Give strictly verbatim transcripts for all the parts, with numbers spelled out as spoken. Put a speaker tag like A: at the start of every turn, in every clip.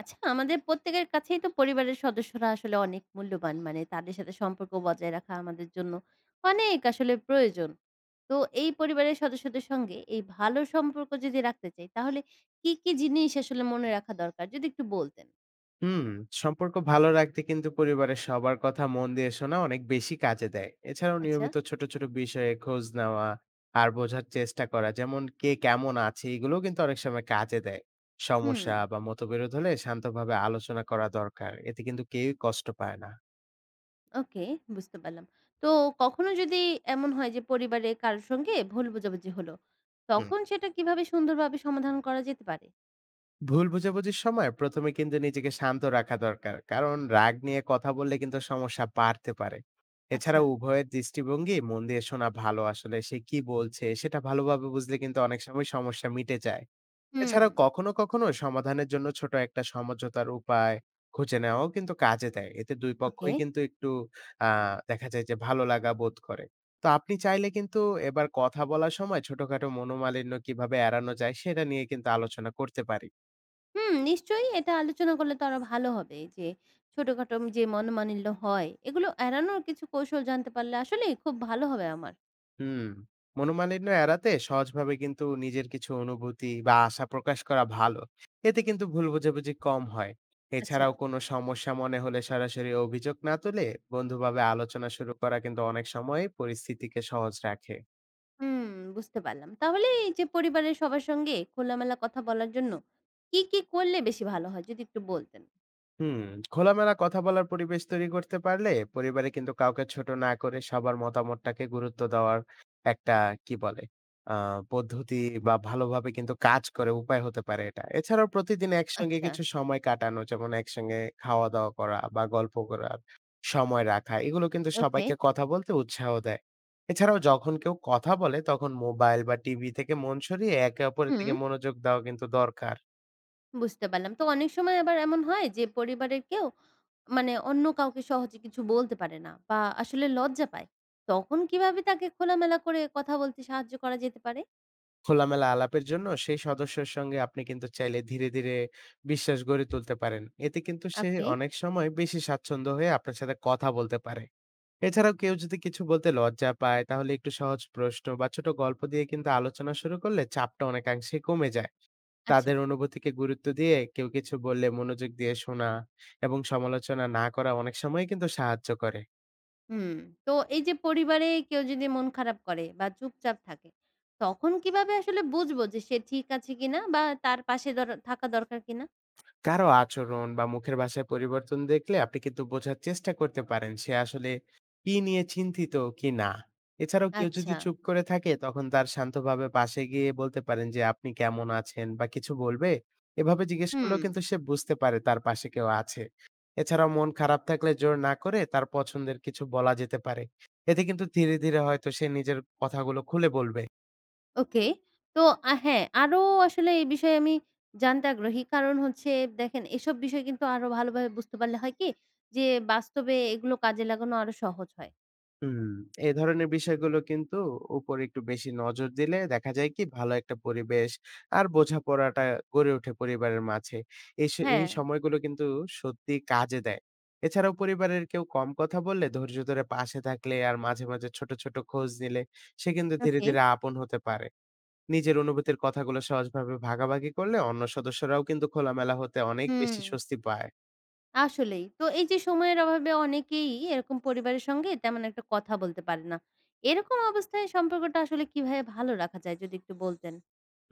A: আচ্ছা আমাদের প্রত্যেকের কাছেই তো পরিবারের সদস্যরা আসলে অনেক মূল্যবান। মানে তাদের সাথে সম্পর্ক বজায় রাখা আমাদের জন্য অনেক আসলে প্রয়োজন। তো এই পরিবারের সদস্যদের সঙ্গে এই ভালো সম্পর্ক যদি রাখতে চাই তাহলে কি, কি জিনিস আসলে মনে রাখা দরকার? যদি একটু বলতেন।
B: হুম, সম্পর্ক ভালো রাখতে কিন্তু পরিবারের সবার কথা মন দিয়ে শোনা অনেক বেশি কাজে দেয়। এছাড়াও
A: আচ্ছা।
B: নিয়মিত ছোট, ছোট বিষয়ে খোঁজ নেওয়া আর বোঝার চেষ্টা করা যেমন কে কেমন আছে এগুলোও কিন্তু অনেক সময় কাজে দেয়।
A: হুম,
B: সমস্যা বা মতবিরোধ হলে শান্তভাবে আলোচনা করা দরকার। এতে কিন্তু কেউই কষ্ট পায় না।
A: ওকে, বুঝতে পারলাম। তো কখনো যদি এমন হয় যে পরিবারে কারো সঙ্গে ভুল বোঝাবুঝি হলো,
B: হুম।
A: তখন সেটা কিভাবে সুন্দরভাবে সমাধান করা যেতে পারে?
B: ভুল বোঝাবুঝির সময় প্রথমে কিন্তু নিজেকে শান্ত রাখা দরকার, কারণ রাগ নিয়ে কথা বললে কিন্তু সমস্যা বাড়তে পারে। এছাড়া
A: আচ্ছা।
B: উভয়ের দৃষ্টিভঙ্গি মন দিয়ে শোনা ভালো, আসলে সে কি বলছে সেটা ভালোভাবে বুঝলে কিন্তু অনেক সময় সমস্যা মিটে যায়।
A: হুম,
B: এছাড়া কখনো কখনো সমাধানের জন্য ছোট একটা সমঝোতার উপায় খুঁজে নেওয়াও কিন্তু কাজে দেয়, এতে দুই
A: ওকে।
B: পক্ষই কিন্তু একটু আহ দেখা যায় যে ভালো লাগা বোধ করে। তো আপনি চাইলে কিন্তু এবার কথা বলার সময় ছোটখাটো মনোমালিন্য কিভাবে এড়ানো যায় সেটা নিয়ে কিন্তু আলোচনা করতে পারি।
A: হুম, নিশ্চয়ই এটা আলোচনা করলে তো আরো ভালো হবে যে ছোটখাটো যে মনোমালিন্য হয় এগুলো এড়ানোর কিছু কৌশল জানতে পারলে আসলেই খুব ভালো হবে আমার।
B: হুম। মনোমালিন্য এড়াতে সহজভাবে কিন্তু নিজের কিছু অনুভূতি বা আশা প্রকাশ করা ভালো। এতে কিন্তু ভুল বোঝাবুঝি কম হয়।
A: আচ্ছা,
B: এছাড়াও কোনো সমস্যা মনে হলে সরাসরি অভিযোগ না তুলে বন্ধুভাবে আলোচনা শুরু করা কিন্তু অনেক সময় পরিস্থিতিকে সহজ রাখে।
A: হুম, বুঝতে পারলাম। তাহলে এই যে পরিবারের সবার সঙ্গে খোলামেলা কথা বলার জন্য কি, কি করলে বেশি ভালো হয় যদি একটু বলতেন?
B: হুম। খোলামেলা কথা বলার পরিবেশ তৈরি করতে পারলে পরিবারে কিন্তু কাউকে ছোট না করে সবার মতামতটাকে গুরুত্ব দেওয়ার একটা কি বলে আহ পদ্ধতি বা ভালোভাবে কিন্তু কাজ করে উপায় হতে পারে এটা। এছাড়াও প্রতিদিন একসঙ্গে
A: আচ্ছা,
B: কিছু সময় কাটানো, যেমন একসঙ্গে খাওয়া দাওয়া করা বা গল্প করার সময় রাখা, এগুলো কিন্তু
A: ওকে,
B: সবাইকে কথা বলতে উৎসাহ দেয়। এছাড়াও যখন কেউ কথা বলে তখন মোবাইল বা টিভি থেকে মন সরিয়ে একে অপরের
A: হুম,
B: দিকে মনোযোগ দেওয়া কিন্তু দরকার।
A: বুঝতে পারলাম। তো অনেক সময় আবার এমন হয় যে পরিবারের কেউ মানে অন্য কাউকে সহজে কিছু বলতে পারে না বা আসলে লজ্জা পায়। তখন কিভাবে তাকে খোলামেলা করে কথা বলতে সাহায্য করা যেতে পারে?
B: খোলামেলা আলাপের জন্য সেই সদস্যের সঙ্গে আপনি কিন্তু চাইলে ধীরে, ধীরে বিশ্বাস গড়ে তুলতে পারেন। এতে কিন্তু সে
A: ওকে,
B: অনেক সময় বেশি স্বাচ্ছন্দ্য হয়ে আপনার সাথে কথা বলতে পারে। এছাড়াও কেউ যদি কিছু বলতে লজ্জা পায়, তাহলে একটু সহজ প্রশ্ন বা ছোট গল্প দিয়ে কিন্তু আলোচনা শুরু করলে চাপটা অনেকাংশেই কমে যায়।
A: আচ্ছা।
B: তাদের অনুভূতিকে গুরুত্ব দিয়ে কেউ কিছু বললে মনোযোগ দিয়ে শোনা এবং সমালোচনা না করা অনেক সময়ই কিন্তু সাহায্য করে।
A: হুম। তো এই যে পরিবারে কেউ যদি মন খারাপ করে বা চুপচাপ থাকে, তখন কিভাবে আসলে বুঝবো যে সে ঠিক আছে কিনা বা তার পাশে দর থাকা দরকার কিনা?
B: কারো আচরণ বা মুখের ভাষায় পরিবর্তন দেখলে আপনি কিন্তু বোঝার চেষ্টা করতে পারেন সে আসলে কি নিয়ে চিন্তিত কি না। এছাড়াও কেউ যদি
A: আচ্ছা।
B: চুপ করে থাকে তখন তার শান্তভাবে পাশে গিয়ে বলতে পারেন যে আপনি কেমন আছেন বা কিছু বলবে। এভাবে জিজ্ঞেস
A: হুম।
B: করলেও কিন্তু সে বুঝতে পারে তার পাশে কেউ আছে। এছাড়াও মন খারাপ থাকলে জোর না করে তার পছন্দের কিছু বলা যেতে পারে। এতে কিন্তু ধীরে, ধীরে হয়তো সে নিজের কথাগুলো খুলে বলবে।
A: ওকে। তো আ হ্যাঁ, আরো আসলে এই বিষয়ে আমি জানতে আগ্রহী। কারণ হচ্ছে, দেখেন এসব বিষয় কিন্তু আরো ভালোভাবে বুঝতে পারলে হয় কি যে বাস্তবে এগুলো কাজে লাগানো আরো সহজ হয়।
B: হুম, এই ধরনের বিষয়গুলো কিন্তু উপরে একটু বেশি নজর দিলে দেখা যায় কি ভালো একটা পরিবেশ আর বোঝাপড়াটা গড়ে ওঠে পরিবারের মাঝে। এই স এই
A: হ্যাঁ,
B: সময়গুলো কিন্তু সত্যি কাজে দেয়। এছাড়াও পরিবারের কেউ কম কথা বললে ধৈর্য ধরে পাশে থাকলে আর মাঝে, মাঝে ছোট, ছোট খোঁজ নিলে সে কিন্তু ধীরে,
A: ওকে।
B: ধীরে আপন হতে পারে। নিজের অনুভূতির কথাগুলো সহজভাবে ভাগাভাগি করলে অন্য সদস্যরাও কিন্তু খোলামেলা হতে অনেক
A: হুম।
B: বেশি স্বস্তি পায়।
A: আসলেই। তো এই যে সময়ের অভাবে অনেকেই এরকম পরিবারের সঙ্গে তেমন একটা কথা বলতে পারে না। এরকম অবস্থায় সম্পর্কটা আসলে কিভাবে ভালো রাখা যায় যদি একটু বলতেন?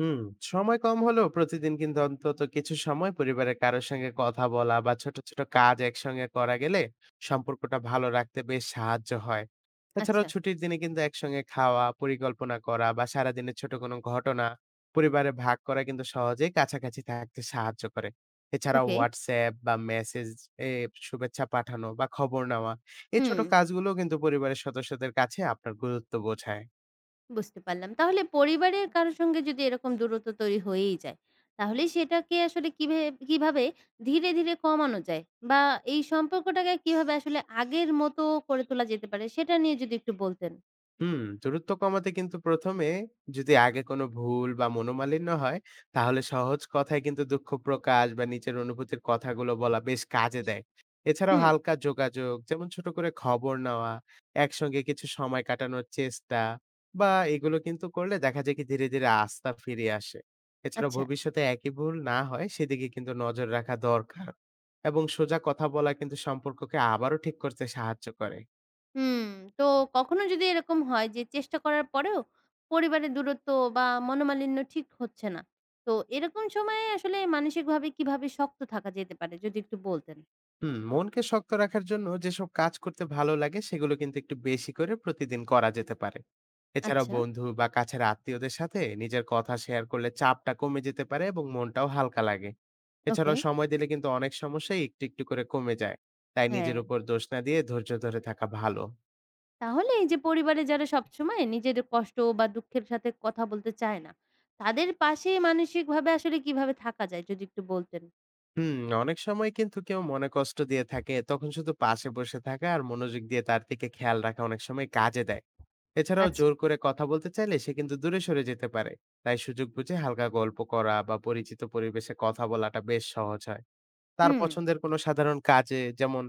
B: হুম, সময় কম হলেও প্রতিদিন কিন্তু অন্তত কিছু সময় পরিবারের কারোর সঙ্গে কথা বলা বা ছোট ছোট কাজ একসঙ্গে করা গেলে সম্পর্কটা ভালো রাখতে বেশ সাহায্য হয়। এছাড়াও
A: আচ্ছা,
B: ছুটির দিনে কিন্তু একসঙ্গে খাওয়া পরিকল্পনা করা বা সারাদিনের ছোট কোনো ঘটনা পরিবারে ভাগ করা কিন্তু সহজেই কাছাকাছি থাকতে সাহায্য করে। এছাড়াও
A: ওকে।
B: হোয়াটসঅ্যাপ বা মেসেজ এ শুভেচ্ছা পাঠানো বা খবর নেওয়া, এই
A: হুম,
B: ছোট কাজগুলো কিন্তু পরিবারের সদস্যদের কাছে আপনার গুরুত্ব বোঝায়।
A: বুঝতে পারলাম। তাহলে পরিবারের কারো সঙ্গে যদি এরকম দূরত্ব তৈরি হয়েই যায়, তাহলে সেটাকে আসলে কিভে কিভাবে ধীরে, ধীরে কমানো যায়? বা এই সম্পর্কটাকে কিভাবে আসলে আগের মতো করে তোলা যেতে পারে সেটা নিয়ে যদি একটু বলতেন?
B: হুম, দূরত্ব কমাতে কিন্তু প্রথম এ যদি আগে কোনো ভুল বা মনোমালিন্য হয়, তাহলে সহজ কথায় কিন্তু দুঃখ প্রকাশ বা নিজের অনুভূতির কথাগুলো বলা বেশ কাজে দেয়। এছাড়াও
A: হুম।
B: হালকা যোগাযোগ, যেমন ছোট করে খবর নেওয়া, একসঙ্গে কিছু সময় কাটানোর চেষ্টা বা এগুলো কিন্তু করলে দেখা যায় কি ধীরে, ধীরে আস্থা ফিরে আসে। এছাড়া
A: আচ্ছা।
B: ভবিষ্যতে একই ভুল না হয় সেদিকে কিন্তু নজর রাখা দরকার এবং সোজা কথা বলা কিন্তু সম্পর্ককে আবারও ঠিক করতে সাহায্য করে।
A: হুম, তো কখনো যদি এরকম হয় যে চেষ্টা করার পরেও পরিবারের দূরত্ব বা মনোমালিন্য ঠিক হচ্ছে না, তো এরকম সময়ে আসলে মানসিকভাবে কিভাবে শক্ত থাকা যেতে পারে যদি একটু বলতেন?
B: হুম, মনকে শক্ত রাখার জন্য যেসব কাজ করতে ভালো লাগে সেগুলো কিন্তু একটু বেশি করে প্রতিদিন করা যেতে পারে। এছাড়া
A: আচ্ছা,
B: বন্ধু বা কাছের আত্মীয়দের সাথে নিজের কথা শেয়ার করলে চাপটা কমে যেতে পারে এবং মনটাও হালকা লাগে।
A: ওকে,
B: এছাড়াও সময় দিলে কিন্তু অনেক সমস্যাই একটু, একটু করে কমে যায়। তাই নিজের
A: হ্যাঁ।
B: উপর দোষ না দিয়ে ধৈর্য ধরে থাকা ভালো।
A: তাহলে এই যে পরিবারে যারা সবসময় নিজের কষ্ট বা দুঃখের সাথে কথা বলতে চায় না, তাদের পাশে মানসিকভাবে আসলে কিভাবে থাকা যায় যদি একটু বলতেন?
B: হুম, অনেক সময় কিন্তু কেউ মনে কষ্ট দিয়ে থাকে, তখন শুধু পাশে বসে থাকা আর মনোযোগ দিয়ে তার দিকে খেয়াল রাখা অনেক সময় কাজে দেয়। এছাড়াও
A: আচ্ছা,
B: জোর করে কথা বলতে চাইলে সে কিন্তু দূরে সরে যেতে পারে। তাই সুযোগ বুঝে হালকা গল্প করা বা পরিচিত পরিবেশে কথা বলাটা বেশ সহজ হয়। তার
A: হুম,
B: পছন্দের কোনো সাধারণ কাজে, যেমন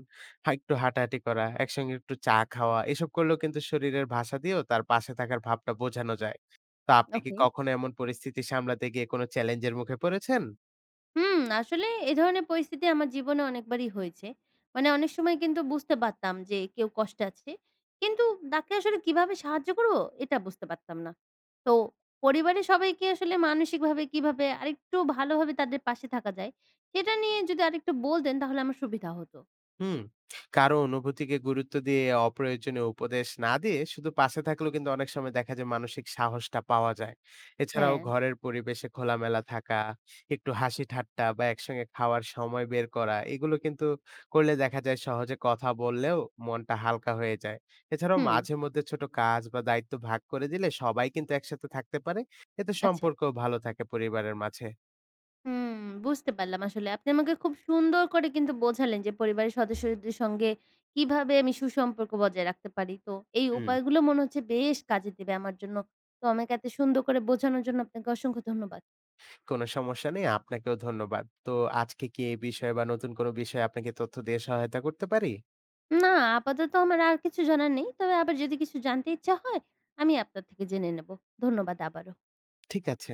B: হা একটু হাঁটাহাঁটি করা, একসঙ্গে একটু চা খাওয়া, এসব করলেও কিন্তু শরীরের ভাষা দিয়েও তার পাশে থাকার ভাবটা বোঝানো যায়। তো আপনি কি
A: ওকে।
B: কখনো এমন পরিস্থিতি সামলাতে গিয়ে কোনো চ্যালেঞ্জের মুখে পড়েছেন?
A: হুম, আসলে এ ধরনের পরিস্থিতি আমার জীবনে অনেকবারই হয়েছে। মানে অনেক সময় কিন্তু বুঝতে পারতাম যে কেউ কষ্টে আছে। কিন্তু তাকে আসলে কিভাবে সাহায্য করব এটা বুঝতে পারতাম না। তো পরিবারের সবাইকে আসলে মানসিকভাবে কিভাবে আরেকটু ভালোভাবে তাদের পাশে থাকা যায়, সেটা নিয়ে যদি আরেকটু বলতেন তাহলে আমার সুবিধা হতো।
B: হুম। কারো অনুভূতিকে গুরুত্ব দিয়ে অপ্রয়োজনীয় উপদেশ না দিয়ে শুধু পাশে থাকলেও কিন্তু অনেক সময় দেখা যায় মানসিক সাহসটা পাওয়া যায়। এছাড়াও
A: হ্যাঁ,
B: ঘরের পরিবেশে খোলামেলা থাকা, একটু হাসি ঠাট্টা বা একসঙ্গে খাওয়ার সময় বের করা, এগুলো কিন্তু করলে দেখা যায় সহজে কথা বললেও মনটা হালকা হয়ে যায়। এছাড়াও
A: হুম,
B: মাঝে মধ্যে ছোট কাজ বা দায়িত্ব ভাগ করে দিলে সবাই কিন্তু একসাথে থাকতে পারে। এতে
A: আচ্ছা।
B: সম্পর্কও ভালো থাকে পরিবারের মাঝে।
A: হুম, বুঝতে পারলাম আসলে। আপনি আমাকে খুব সুন্দর করে কিন্তু বোঝালেন যে পরিবারের সদস্যদের সঙ্গে কিভাবে আমি সুসম্পর্ক বজায় রাখতে পারি। তো এই
B: হুম।
A: উপায়গুলো মনে হচ্ছে বেশ কাজে দেবে আমার জন্য। তো আমাকে এত সুন্দর করে বোঝানোর জন্য আপনাকে অসংখ্য ধন্যবাদ।
B: কোনো সমস্যা নেই। আপনাকেও ধন্যবাদ। তো আজকে কি এই বিষয়ে বা নতুন কোনো বিষয়ে আপনাকে তথ্য দিয়ে সহায়তা করতে পারি?
A: না, আপাতত আমার আর কিছু জানার নেই। তবে আবার যদি কিছু জানতে ইচ্ছা হয়, আমি আপনার থেকে জেনে নেব। ধন্যবাদ আবারও।
B: ঠিক আছে।